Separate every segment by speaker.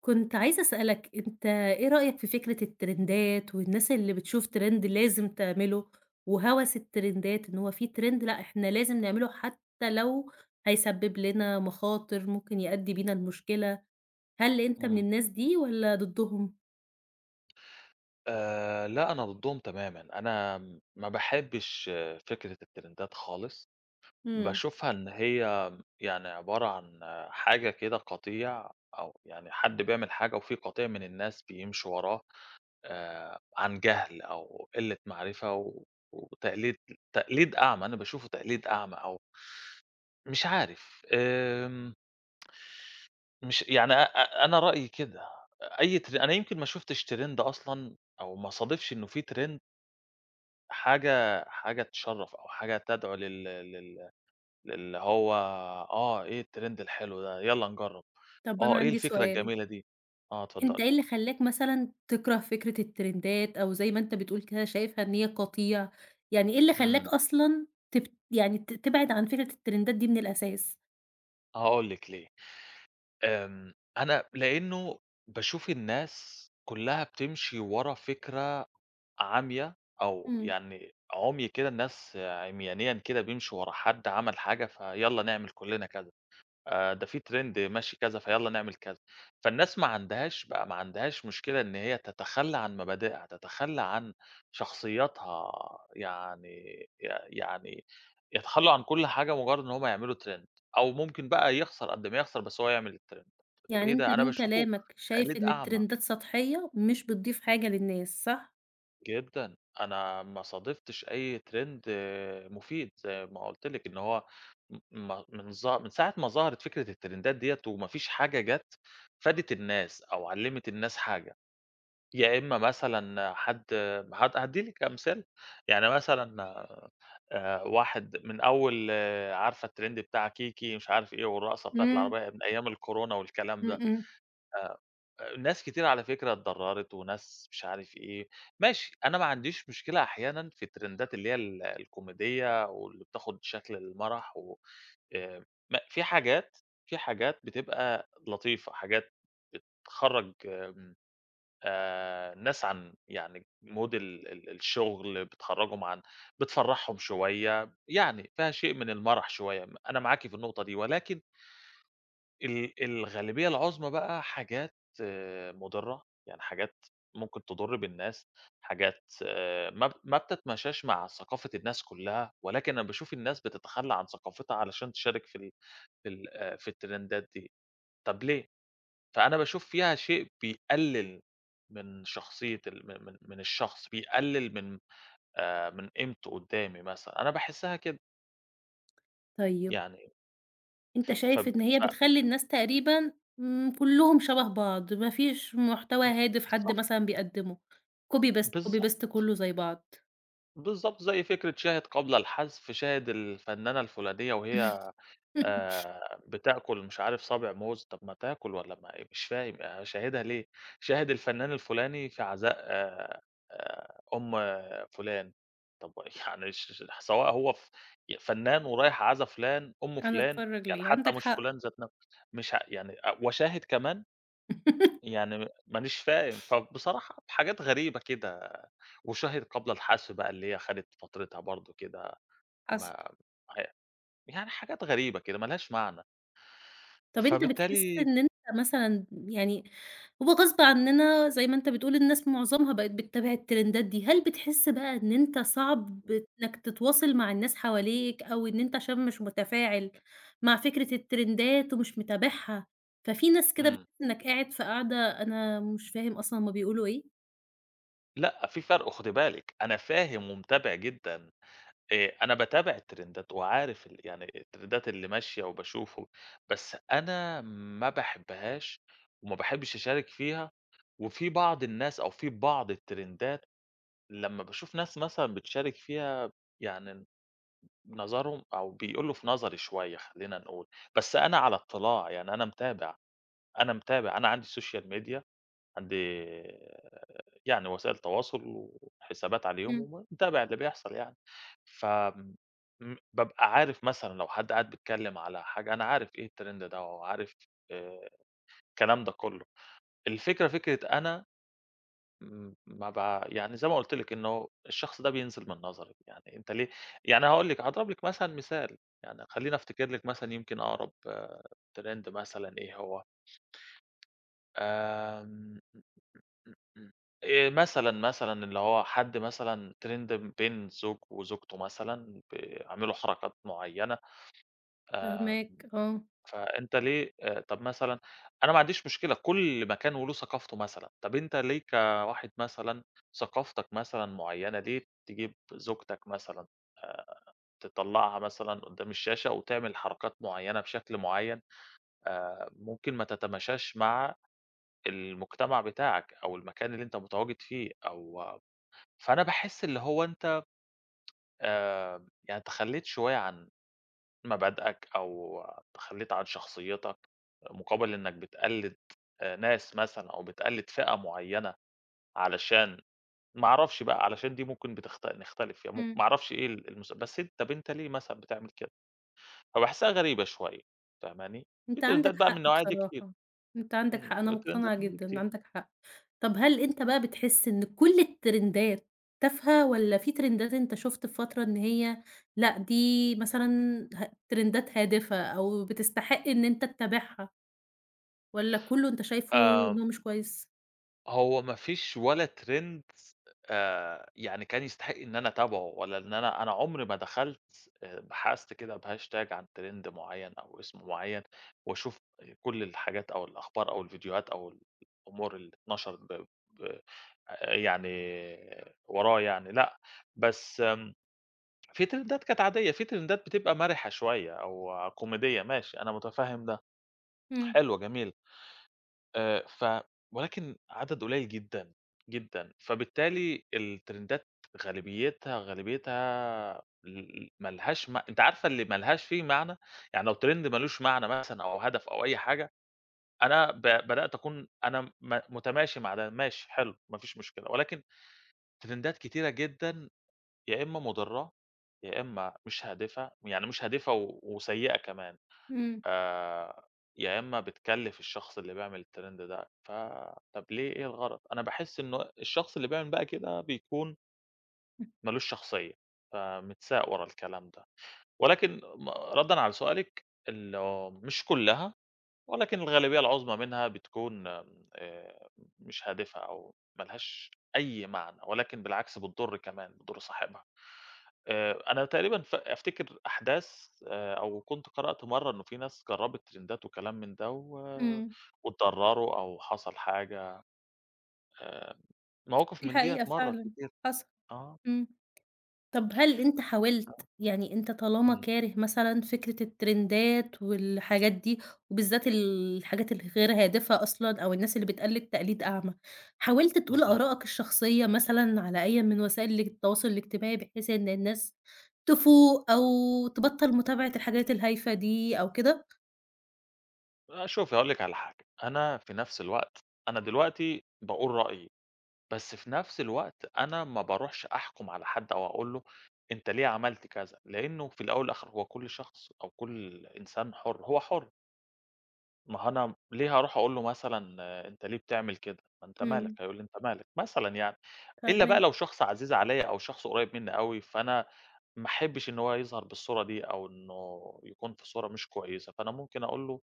Speaker 1: كنت عايزة أسألك أنت إيه رأيك في فكرة الترندات والناس اللي بتشوف ترند لازم تعمله وهوس الترندات إن هو في ترند لأ إحنا لازم نعمله حتى لو هيسبب لنا مخاطر ممكن يؤدي بينا لمشكلة، هل أنت من
Speaker 2: إمم.
Speaker 1: الناس دي والّا ضدهم؟
Speaker 2: لأ أنا ضدهم تمامًا، أنا ما باحبش فكرة الترندات خالص.
Speaker 1: إمم.
Speaker 2: باشوفها إن هي يعني عبارة عن حاجة كده قطيع، أو يعني حد بيعمل حاجة وفي قطيع من الناس بيمشوا وراه عن جهل أو قلة معرفة و وتقليد، تقليد أعمى، أنا باشوفه تقليد أعمى. أو مش عارف، مش يعني أ أ أنا رأيي كده. أي تر أنا يمكن ما شُفتش ترند أصلًا، أو ما صادفش إنه في ترند، حاجة تشرّف، أو حاجة تدعو لل لل للي هو إيه الtrend الحلو ده، يالّا نجرّب.
Speaker 1: طب أنا
Speaker 2: إيه
Speaker 1: عندي
Speaker 2: الفكرة
Speaker 1: سؤال،
Speaker 2: الجميلة دي؟
Speaker 1: أنت
Speaker 2: اتفضّلي.
Speaker 1: إيه اللي خلّاك مثلًا تكره فكرة الترندات أو زي ما أنت بتقول كده شايفها إن هي قطيع، يعني إيه اللي خلّاك
Speaker 2: إمم.
Speaker 1: أصلًا يعني تبعد عن فكرة الترندات دي من الأساس؟
Speaker 2: هاقول لِك ليه. أنا لإنه باشوف الناس كلّها بتمشي ورا فكرة عامية، أو
Speaker 1: إمم.
Speaker 2: يعني عُمي كده، الناس عميانيًا كده بيمشوا ورا حد عمل حاجة، فيالّا نعمل كلّنا كذا. ده في trend ماشي كذا، فيالّا نعمل كذا. فالناس ما عندهاش بقى ما عندهاش مشكلة إن هي تتخلّى عن مبادئها، تتخلّى عن شخصياتها، يعني ي يعني يتخلّوا عن كل حاجة مجرّد إن هم يعملوا trend، أو ممكن بقى يخسر قد ما يخسر، بس هو يعمل الtrend. طَب
Speaker 1: يعني
Speaker 2: إيه
Speaker 1: أنت
Speaker 2: ده؟ أنا
Speaker 1: من
Speaker 2: باشوفه
Speaker 1: كلامك شايف
Speaker 2: تقليد
Speaker 1: إن
Speaker 2: أعمى.
Speaker 1: الترندات سطحية مش بتضيف حاجة للناس، صح؟
Speaker 2: جدًا، أنا ما صادفتش أي ترند مفيد زي ما قُلت لِك إن هو م ما من ظه من ساعة ما ظهرت فكرة الترندات ديّة وما فيش حاجة جات فادت الناس أو علّمت الناس حاجة. يا إما مثلًا حد، هادّي لِك أمثال. يعني مثلًا واحد من أول، عارفة الترند بتاع كيكي مش عارف إيه، والرقصة بتاعة
Speaker 1: إمم،
Speaker 2: العربية من أيام الكورونا والكلام
Speaker 1: إمم،
Speaker 2: ده.
Speaker 1: إمم.
Speaker 2: ناس كتير على فكرة اتضرّرت، وناس مش عارف إيه. ماشي، أنا ما عنديش مشكلة أحيانًا في الترندات اللي هي الكوميدية، واللي بتاخُد شكل المَرَح. و آآ م في حاجات، في حاجات بتبقى لطيفة، حاجات تخرّج، آمم الناس عن يعني mood ال ال الشغل، بتخرّجهم عن، بتفرّحهم شوية، يعني فيها شيء من المَرَح شوية. أنا معاكِ في النقطة دي، ولكن الغالبية العُظمى بقى حاجات مُضرّة، يعني حاجات ممكن تضُر بالناس. حاجات ما بتتماشاش مع ثقافة الناس كلّها. ولكن أنا باشوف الناس بتتخلّى عن ثقافتها علشان تشارك في ال في ال في الترندات دي. طَب ليه؟ فأنا باشوف فيها شيء بيقلّل من شخصية ال من من من الشخص، بيقلّل من من قيمته قُدّامي مثلًا، أنا باحسّها كده.
Speaker 1: طيب،
Speaker 2: يعني
Speaker 1: أنت شايف
Speaker 2: فب
Speaker 1: إن هي
Speaker 2: ف
Speaker 1: بتخلّي الناس تقريبًا إمم، كلّهم شبه بعض، ما فيش محتوى هادف حد
Speaker 2: صح.
Speaker 1: مثلًا بيقدّمه، copy paste، copy
Speaker 2: بالضبط.
Speaker 1: paste كلّه زي بعض.
Speaker 2: بالضبط، زي فكرة شاهد قبل الحذف، شاهد الفنانة الفلانية وهي بتاكل مش عارف صابع موز. طب ما تاكل والّا ما إيه؟ مش فاهم أشاهدها ليه؟ شاهد الفنان الفلاني في عزاء أم فلان. طب يعني سواء هو فنان ورايح عزا فلان، أم
Speaker 1: أنا
Speaker 2: فلان،
Speaker 1: أتفرّج
Speaker 2: يعني
Speaker 1: ليه؟
Speaker 2: حتى
Speaker 1: عندك
Speaker 2: مش
Speaker 1: حق.
Speaker 2: فلان ذات نفسه، مش ع يعني أ وشاهد كمان! يعني مانيش فاهم، فبصراحة بحاجات غريبة كده. وشاهد قبل الحذف بقى، اللي هي خدت فترتها برضه كده،
Speaker 1: حصل.
Speaker 2: ما ه يعني حاجات غريبة كده ما لهاش معنى،
Speaker 1: طب أنت بتحس
Speaker 2: فبالتالي
Speaker 1: إن أنت مثلًا يعني هو غصب عننا زي ما أنت بتقول الناس معظمها بقت بتتابع الترندات دي، هل بتحس بقى إن أنت صعب
Speaker 2: إمم.
Speaker 1: إنك تتواصل مع الناس حواليك، أو إن أنت عشان مش متفاعل مع فكرة الترندات ومش متابعها، ففي ناس كده
Speaker 2: إمم.
Speaker 1: بتحس إنك قاعد في قعدة. أنا مش فاهم أصلًا هُم بيقولوا إيه؟
Speaker 2: لأ، في فرق خدي بالِك. أنا فاهم ومتابع جدًا. أنا باتابع الترندات وعارف يعني الترندات اللي ماشية وباشوفه، بس أنا ما باحبهاش وما باحبش أشارك فيها. وفي بعض الناس أو في بعض الترندات لمّا باشوف ناس مثلًا بتشارك فيها، يعني نظرهم أو بيقولوا في نظري شوية، خلّينا نقول. بس أنا على اطلاع، يعني أنا متابع. أنا متابع، أنا عندي social media، عندي يعني وسائل تواصل وحسابات عليهم
Speaker 1: إمم.
Speaker 2: ومتابع اللي بيحصل يعني. ف آمم، بابقى عارف مثلًا لو حد قاعد بيتكلم على حاجة، أنا عارف إيه الtrend ده وعارف آآ الكلام ده كُلّه. الفكرة فكرة أنا، ما بقى يعني زي ما قُلت لِك إنه الشخص ده بينزل من نظري. يعني أنت ليه؟ يعني هاقول لِك، هاضرب لِك مثلًا مثال، يعني خلّيني أفتكر لِك مثلًا يمكن أقرب ترند مثلًا إيه هو. آمم، إمم، إمم، إمم، مثلًا، مثلًا اللي هو حد مثلًا ترند بين زوج وزوجته مثلًا عملوا حركات معيّنة. آمم
Speaker 1: فاهماك، آه.
Speaker 2: فأنت ليه؟ طَب مثلًا أنا ما عنديش مشكلة. كل مكان وله ثقافته مثلًا. طَب أنت ليه كواحد مثلًا ثقافتك مثلًا معيّنة، ليه تجيب زوجتك مثلًا تطلّعها مثلًا قدّام الشاشة وتعمل حركات معيّنة بشكل معيّن، ممكن ما تتماشاش مع المجتمع بتاعك أو المكان اللي أنت متواجد فيه؟ أو فأنا باحس اللي هو أنت يعني تخلّيت شوية عن مبادئك، أو تخلّيت عن شخصيتك، مقابل إنك بتقلّد ناس مثلًا، أو بتقلّد فئة معيّنة علشان، ما أعرفش بقى، علشان دي ممكن نختلف فيها، ممكن ما أعرفش إيه ال المس بس أنت، طب أنت ليه مثلًا بتعمل كده؟ فباحسها غريبة شوية، فاهماني؟ في
Speaker 1: أنت عندك
Speaker 2: ترندات بقى من
Speaker 1: حق
Speaker 2: النوعية دي كتير.
Speaker 1: بصراحة، أنت عندك حق، أنا
Speaker 2: وترندات
Speaker 1: مقتنعة
Speaker 2: من دي
Speaker 1: جدًا،
Speaker 2: كتير.
Speaker 1: عندك حق. طب هل أنت بقى بتحس إن كل الترندات تافهة والّا في ترندات أنت شُفت في فترة إن هي لأ، دي مثلًا ترندات هادفة أو بتستحق إن أنت تتابعها والّا كُلّه أنت شايفه إن
Speaker 2: آمم
Speaker 1: هو مش كويس؟
Speaker 2: هو ما فيش ولا trend يعني كان يستحق إن أنا أتابعه، ولا إن أنا عمري ما دخلت بحثت كده بhashtag عن trend معيّن أو اسم معيّن، وأشوف كل الحاجات أو الأخبار أو الفيديوهات أو الأمور اللي اتنشرت ب ب يعني وراه، يعني لأ. بس في ترندات كانت عادية، في ترندات بتبقى مَرِحة شوية أو كوميدية، ماشي، أنا متفهم ده،
Speaker 1: إمم،
Speaker 2: حلو جميل. ف ولكن عدد قليل جدًا، جدًا. فبالتالي الترندات غالبيتها ل ملهاش ما لهاش م أنتِ عارفة اللي ما لهاش فيه معنى؟ يعني لو ترند ما لوش معنى مثلًا أو هدف أو أي حاجة، أنا بدأت أكون أنا متماشي مع ده، ماشي حلو، ما فيش مشكلة. ولكن ترندات كتيرة جدًا، يا إما مُضرة، يا إما مش هادفة، يعني مش هادفة وسيئة كمان.
Speaker 1: إمم،
Speaker 2: آآ، يا إمّا بتكلّف الشخص اللي بيعمل الtrend ده. طَب ليه؟ إيه الغرض؟ أنا باحس إنه الشخص اللي بيعمل بقى كده بيكون ما لوش شخصية، فمتساق ورا الكلام ده. ولكن ردًا على سؤالِك مش كلّها، ولكن الغالبية العُظمى منها بتكون مش هادفة أو ما لهاش أي معنى، ولكن بالعكس بتضُر كمان، بتضُر صاحبها. أنا تقريبًا أفتكر أحداث، أو كنت قرأت مرّة إنه في ناس جرّبت ترندات وكلام من ده،
Speaker 1: إمم،
Speaker 2: واتضرّروا أو حصل حاجة. آآ، مواقف
Speaker 1: دي
Speaker 2: من ديّة
Speaker 1: حقيقة
Speaker 2: مرّت
Speaker 1: فعلًا،
Speaker 2: كتير.
Speaker 1: حصل،
Speaker 2: آه.
Speaker 1: إمم. طب هل أنت حاولت يعني أنت طالما
Speaker 2: إمم.
Speaker 1: كاره مثلًا فكرة الترندات والحاجات دي، وبالذات الحاجات الغير هادفة أصلًا أو الناس اللي بتقلد تقليد أعمى، حاولت تقول
Speaker 2: اهم.
Speaker 1: آرائك الشخصية مثلًا على أي من وسائل التواصل الاجتماعي بحيث إن الناس تفوق أو تبطل متابعة الحاجات الهايفة دي أو كده؟
Speaker 2: شوفي هاقول لِك على حاجة. أنا في نفس الوقت، أنا دلوقتي باقول رأيي، بس في نفس الوقت أنا ما باروحش أحكُم على حد أو أقول له أنت ليه عملت كذا، لإنه في الأول والآخر هو كل شخص أو كل إنسان حُر، هو حُر. ما هو أنا ليه هاروح أقول له مثلًا أنت ليه بتعمل كده؟ ما أنت مالك،
Speaker 1: إمم،
Speaker 2: هيقول لي أنت مالك، مثلًا يعني. إلا بقى
Speaker 1: فاهماك،
Speaker 2: لو شخص عزيز عليَّ أو شخص قريب مني أوي، فأنا ما احبش إن هو يظهر بالصورة دي أو إنه يكون في صورة مش كويسة، فأنا ممكن أقول له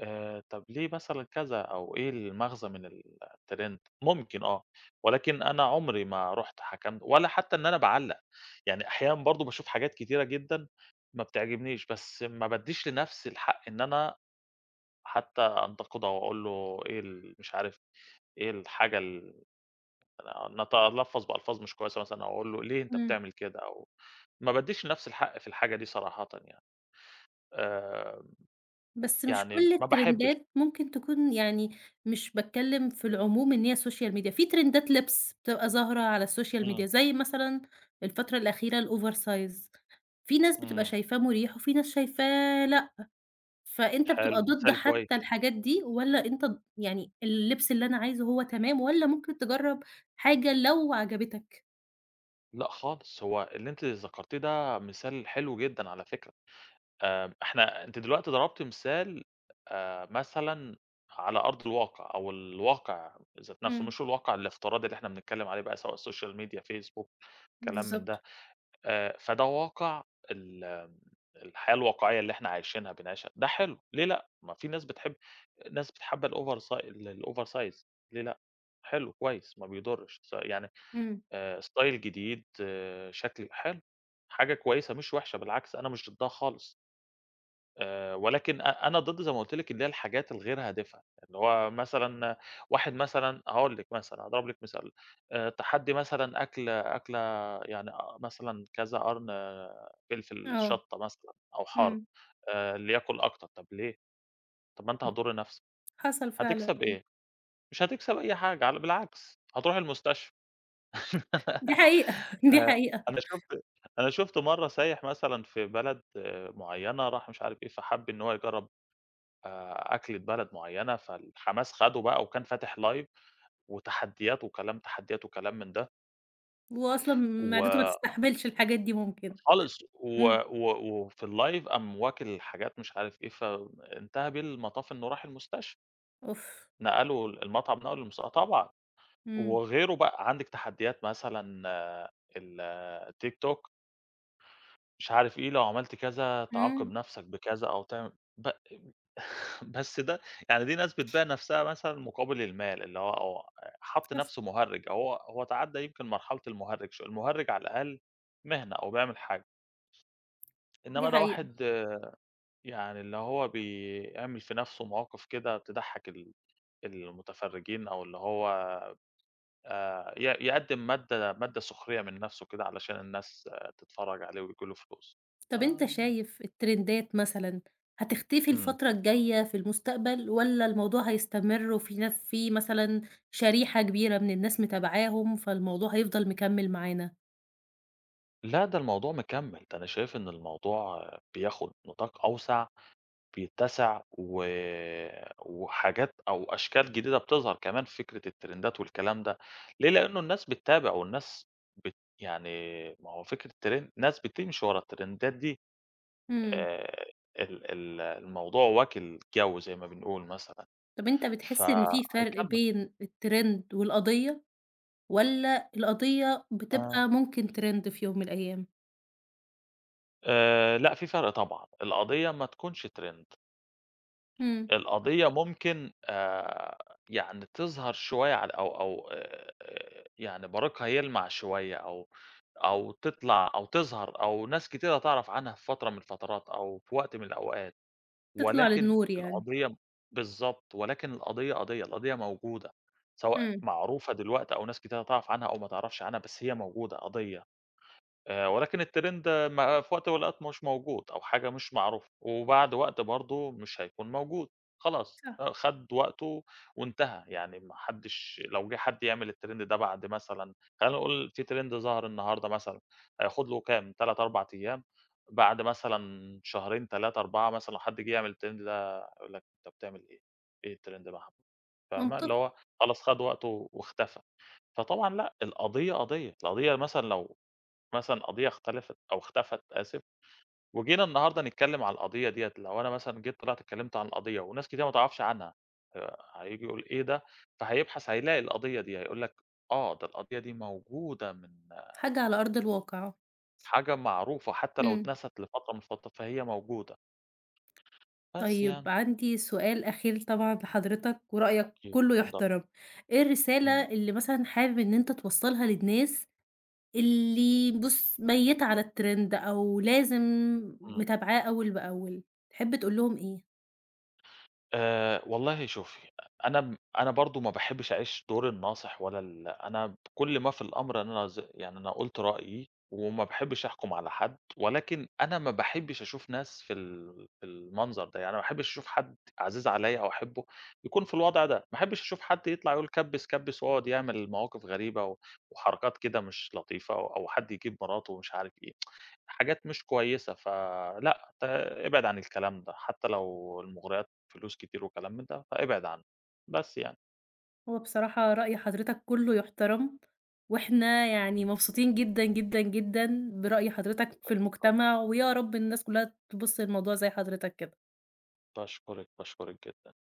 Speaker 2: طب ليه مثلًا كذا، أو إيه المغزى من الtrend ممكن، ولكن أنا عمري ما رُحت حكمت ولا حتى إن أنا باعلّق. يعني أحيانًا برضه باشوف حاجات كتيرة جدًا ما بتعجبنيش، بس ما بادّيش لنفسي الحق إن أنا حتى أنتقده، أو أقول له إيه مش عارف إيه الحاجة أنا أتلفظ بألفاظ مش كويسة مثلًا، أو أقول له ليه أنت
Speaker 1: إمم.
Speaker 2: بتعمل كده. ما بادّيش لنفسي الحق في الحاجة دي صراحةً يعني. آآ،
Speaker 1: بس مش
Speaker 2: يعني
Speaker 1: كل
Speaker 2: ما باحبش.
Speaker 1: الترندات ممكن تكون يعني مش باتكلّم في العموم إن هي السوشيال ميديا، في ترندات لِبس بتبقى ظاهرة على السوشيال ميديا،
Speaker 2: إمم.
Speaker 1: زي مثلًا الفترة الأخيرة الover size في ناس بتبقى
Speaker 2: إمم.
Speaker 1: شايفاه مُريح وفي ناس شايفاه لأ، فأنت بتبقى
Speaker 2: حلو،
Speaker 1: ضد
Speaker 2: مثال
Speaker 1: حتى
Speaker 2: كويس.
Speaker 1: الحاجات دي والّا أنت يعني اللبس اللي أنا عايزه هو تمام والّا ممكن تجرّب حاجة لو عجبتك؟
Speaker 2: لأ خالص. هو اللي أنتِ ذكرتيه ده مثال حلو جدًا على فكرة. إحنا، أنتِ دلوقتي ضربتِ مثال مثلًا على أرض الواقع أو الواقع ذات نفسه،
Speaker 1: إمم،
Speaker 2: مش الواقع الافتراضي اللي إحنا بنتكلم عليه بقى، سواء سوشيال ميديا، فيسبوك، كلام من
Speaker 1: بالضبط،
Speaker 2: ده. فده واقع ال الحياة الواقعية اللي إحنا عايشينها بنعيشها. ده حلو، ليه لأ؟ ما في ناس بتحب، ناس بتحب الأوفر سا، الOver size، ليه لأ؟ حلو، كويس، ما بيضرش، يعني
Speaker 1: إمم.
Speaker 2: ستايل جديد، آه، شكل حلو، حاجة كويسة مش وحشة. بالعكس، أنا مش ضدها خالص. ولكن أنا ضد زي ما قُلت لِك اللي هي الحاجات الغير هادفة. اللي هو مثلًا واحد مثلًا، هاقول لِك مثلًا، هاضرب لِك مثال. تحدّي مثلًا أكلة يعني مثلًا كذا قرن فلفل
Speaker 1: آه.
Speaker 2: شطة مثلًا أو حار.
Speaker 1: إمم،
Speaker 2: اللي ياكل أكتر، طَب ليه؟ طَب ما أنت هتضر نفسك،
Speaker 1: حصل فعلًا.
Speaker 2: هتكسب إيه؟ مش هتكسب أي حاجة، على بالعكس هتروح المستشفى.
Speaker 1: دي حقيقة، دي
Speaker 2: آآ،
Speaker 1: حقيقة.
Speaker 2: أنا شُفت، أنا شُفت مرّة سايح مثلًا في بلد معيّنة، راح مش عارف إيه، فحَب إن هو يجرّب أكلة بلد معيّنة. فالحماس خَدُه بقى، وكان فاتح live وتحديات وكلام، تحديات وكلام من ده،
Speaker 1: وهو أصلًا معدته ما
Speaker 2: وخالص،
Speaker 1: تستحملش الحاجات دي ممكن،
Speaker 2: و
Speaker 1: إمم،
Speaker 2: و وفي الlive قام واكل حاجات مش عارف إيه، فانتهى بيه المطاف إنه راح المستشفى،
Speaker 1: أوف!
Speaker 2: نقلوا المطعم، نقله طبعًا.
Speaker 1: إمم،
Speaker 2: وغيره بقى عندِك تحديات مثلًا آه، ال آه، التيك توك مش عارف إيه، لو عملت كذا
Speaker 1: إمم،
Speaker 2: تعاقب نفْسك بكذا، أو تعمل بس ده يعني دي ناس بتبيع نفسها مثلًا مقابل المال، اللي هو حَط
Speaker 1: حصل،
Speaker 2: نفسه مُهرِّج، هو تعدّى يمكن مرحلة المُهرِّج، المُهرِّج على الأقل مهنة أو بيعمل حاجة.
Speaker 1: دي
Speaker 2: إنّما ده
Speaker 1: حقيقة.
Speaker 2: واحد، يعني اللي هو بيعمل في نفسه مواقف كده تضحّك المتفرّجين، أو اللي هو ي يقدّم مادة سُخرية من نفسه كده علشان الناس، تتفرّج عليه وييجي له فلوس.
Speaker 1: طب أنت
Speaker 2: آمم.
Speaker 1: شايف الترندات مثلًا هتختفي
Speaker 2: إمم.
Speaker 1: الفترة الجاية في المستقبل والّا الموضوع هيستمر وفي ناس في مثلًا شريحة كبيرة من الناس متابعاهم فالموضوع هيفضل مكمّل معانا؟
Speaker 2: لأ، ده الموضوع مكمّل. ده أنا شايف إن الموضوع، بياخُد نطاق أوسع، بيتسع، وحاجات أو أشكال جديدة بتظهر كمان في فكرة الترندات والكلام ده. ليه؟ لأنه الناس بتتابع، والناس يعني ما هو فكرة ترند، ناس بتمشي ورا الترندات دي.
Speaker 1: إمم،
Speaker 2: آآ ال ال الموضوع واكل جَو زي ما بنقول مثلًا،
Speaker 1: طب أنت بتحس إن في فرق
Speaker 2: فهيكمّل.
Speaker 1: بين الترند والقضية والّا القضية
Speaker 2: آه،
Speaker 1: بتبقى ممكن ترند في يوم من الأيام؟
Speaker 2: لأ، في فرق طبعًا، القضية ما تكونش ترند.
Speaker 1: إمم،
Speaker 2: القضية ممكن يعني تظهر شوية على، أو أو يعني بريقها يلمع شوية، أو أو تطلع أو تظهر أو ناس كتيرة تعرف عنها في فترة من الفترات أو في وقت من الأوقات،
Speaker 1: تطلع
Speaker 2: ولكن
Speaker 1: للنور يعني،
Speaker 2: القضية، بالضبط، ولكن القضية قضية، القضية موجودة، سواء
Speaker 1: إمم،
Speaker 2: معروفة دلوقتي أو ناس كتيرة تعرف عنها أو ما تعرفش عنها، بس هي موجودة قضية. ولكن الtrend، ما في وقت من الأوقات مش موجود أو حاجة مش معروفة، وبعد وقت برضه مش هيكون موجود، خلاص،
Speaker 1: صح.
Speaker 2: خَد وقته وانتهى. يعني ما حدش، لو جه حد يعمل الtrend ده بعد مثلًا، خلّينا نقول في trend ظهر النهارده مثلًا، هياخد له كام 3، 4 أيام، بعد مثلًا شهرين، 3، 4 مثلًا لو حد جه يعمل الtrend ده هيقول لك أنت بتعمل إيه؟ إيه الtrend ده يا محمد؟ فاهمة؟ اللي
Speaker 1: منطقي،
Speaker 2: هو خلاص خَد وقته واختفى. فطبعًا لأ، القضية قضية، القضية مثلًا لو، مثلًا قضية اختلفت أو اختفت، آسف، وجينا النهارده نتكلم على القضية ديّة، لو أنا مثلًا جيت طلعت اتكلمت عن القضية وناس كتير ما تعرفش عنها، هييجي يقول إيه ده؟ فهيبحث، هيلاقي القضية دي، هيقول لك آه، ده القضية دي موجودة من،
Speaker 1: حاجة على
Speaker 2: من
Speaker 1: أرض الواقع.
Speaker 2: حاجة معروفة، حتى لو
Speaker 1: إمم.
Speaker 2: اتنست لفترة من الفترات فهي موجودة، بس
Speaker 1: طيب
Speaker 2: يعني.
Speaker 1: عندي سؤال أخير طبعًا لحضرتك ورأيك
Speaker 2: أكيد،
Speaker 1: كلّه
Speaker 2: اتفضلي.
Speaker 1: يحترم، إيه الرسالة
Speaker 2: إمم.
Speaker 1: اللي مثلًا حابب إن أنت توصّلها للناس اللي بُص ميّتة على الtrend أو لازم
Speaker 2: إمم.
Speaker 1: متابعاه أول بأول، تحب تقول لهم إيه؟
Speaker 2: والله شوفي، أنا أنا برضه ما باحبّش أعيش دور الناصح ولا أنا كل ما في الأمر إن أنا يعني أنا قُلت رأيي وما باحبّش أحكُم على حد، ولكن أنا ما باحبّش أشوف ناس في في المنظر ده، يعني ما باحبّش أشوف حد عزيز عليّا أو أحبّه يكون في الوضع ده، ما احبّش أشوف حد يطلع يقول كبّس، كبّس ويقعد يعمل مواقف غريبة، وحركات كده مش لطيفة، أو أو حد يجيب مراته ومش عارف إيه. حاجات مش كويسة، فلأ، ابعد عن الكلام ده، حتى لو المغريات فلوس كتير وكلام من ده، فابعد عنه، بس يعني.
Speaker 1: هو بصراحة رأي حضرتك كلّه يحترم، وإحنا يعني
Speaker 2: إمم.
Speaker 1: مبسوطين جدًا، جدًا، جدًا برأي حضرتك في
Speaker 2: باشكرك،
Speaker 1: المجتمع، ويا رب الناس كلّها تبُص للموضوع زي حضرتك كده.
Speaker 2: باشكرِك، باشكرِك جدًا.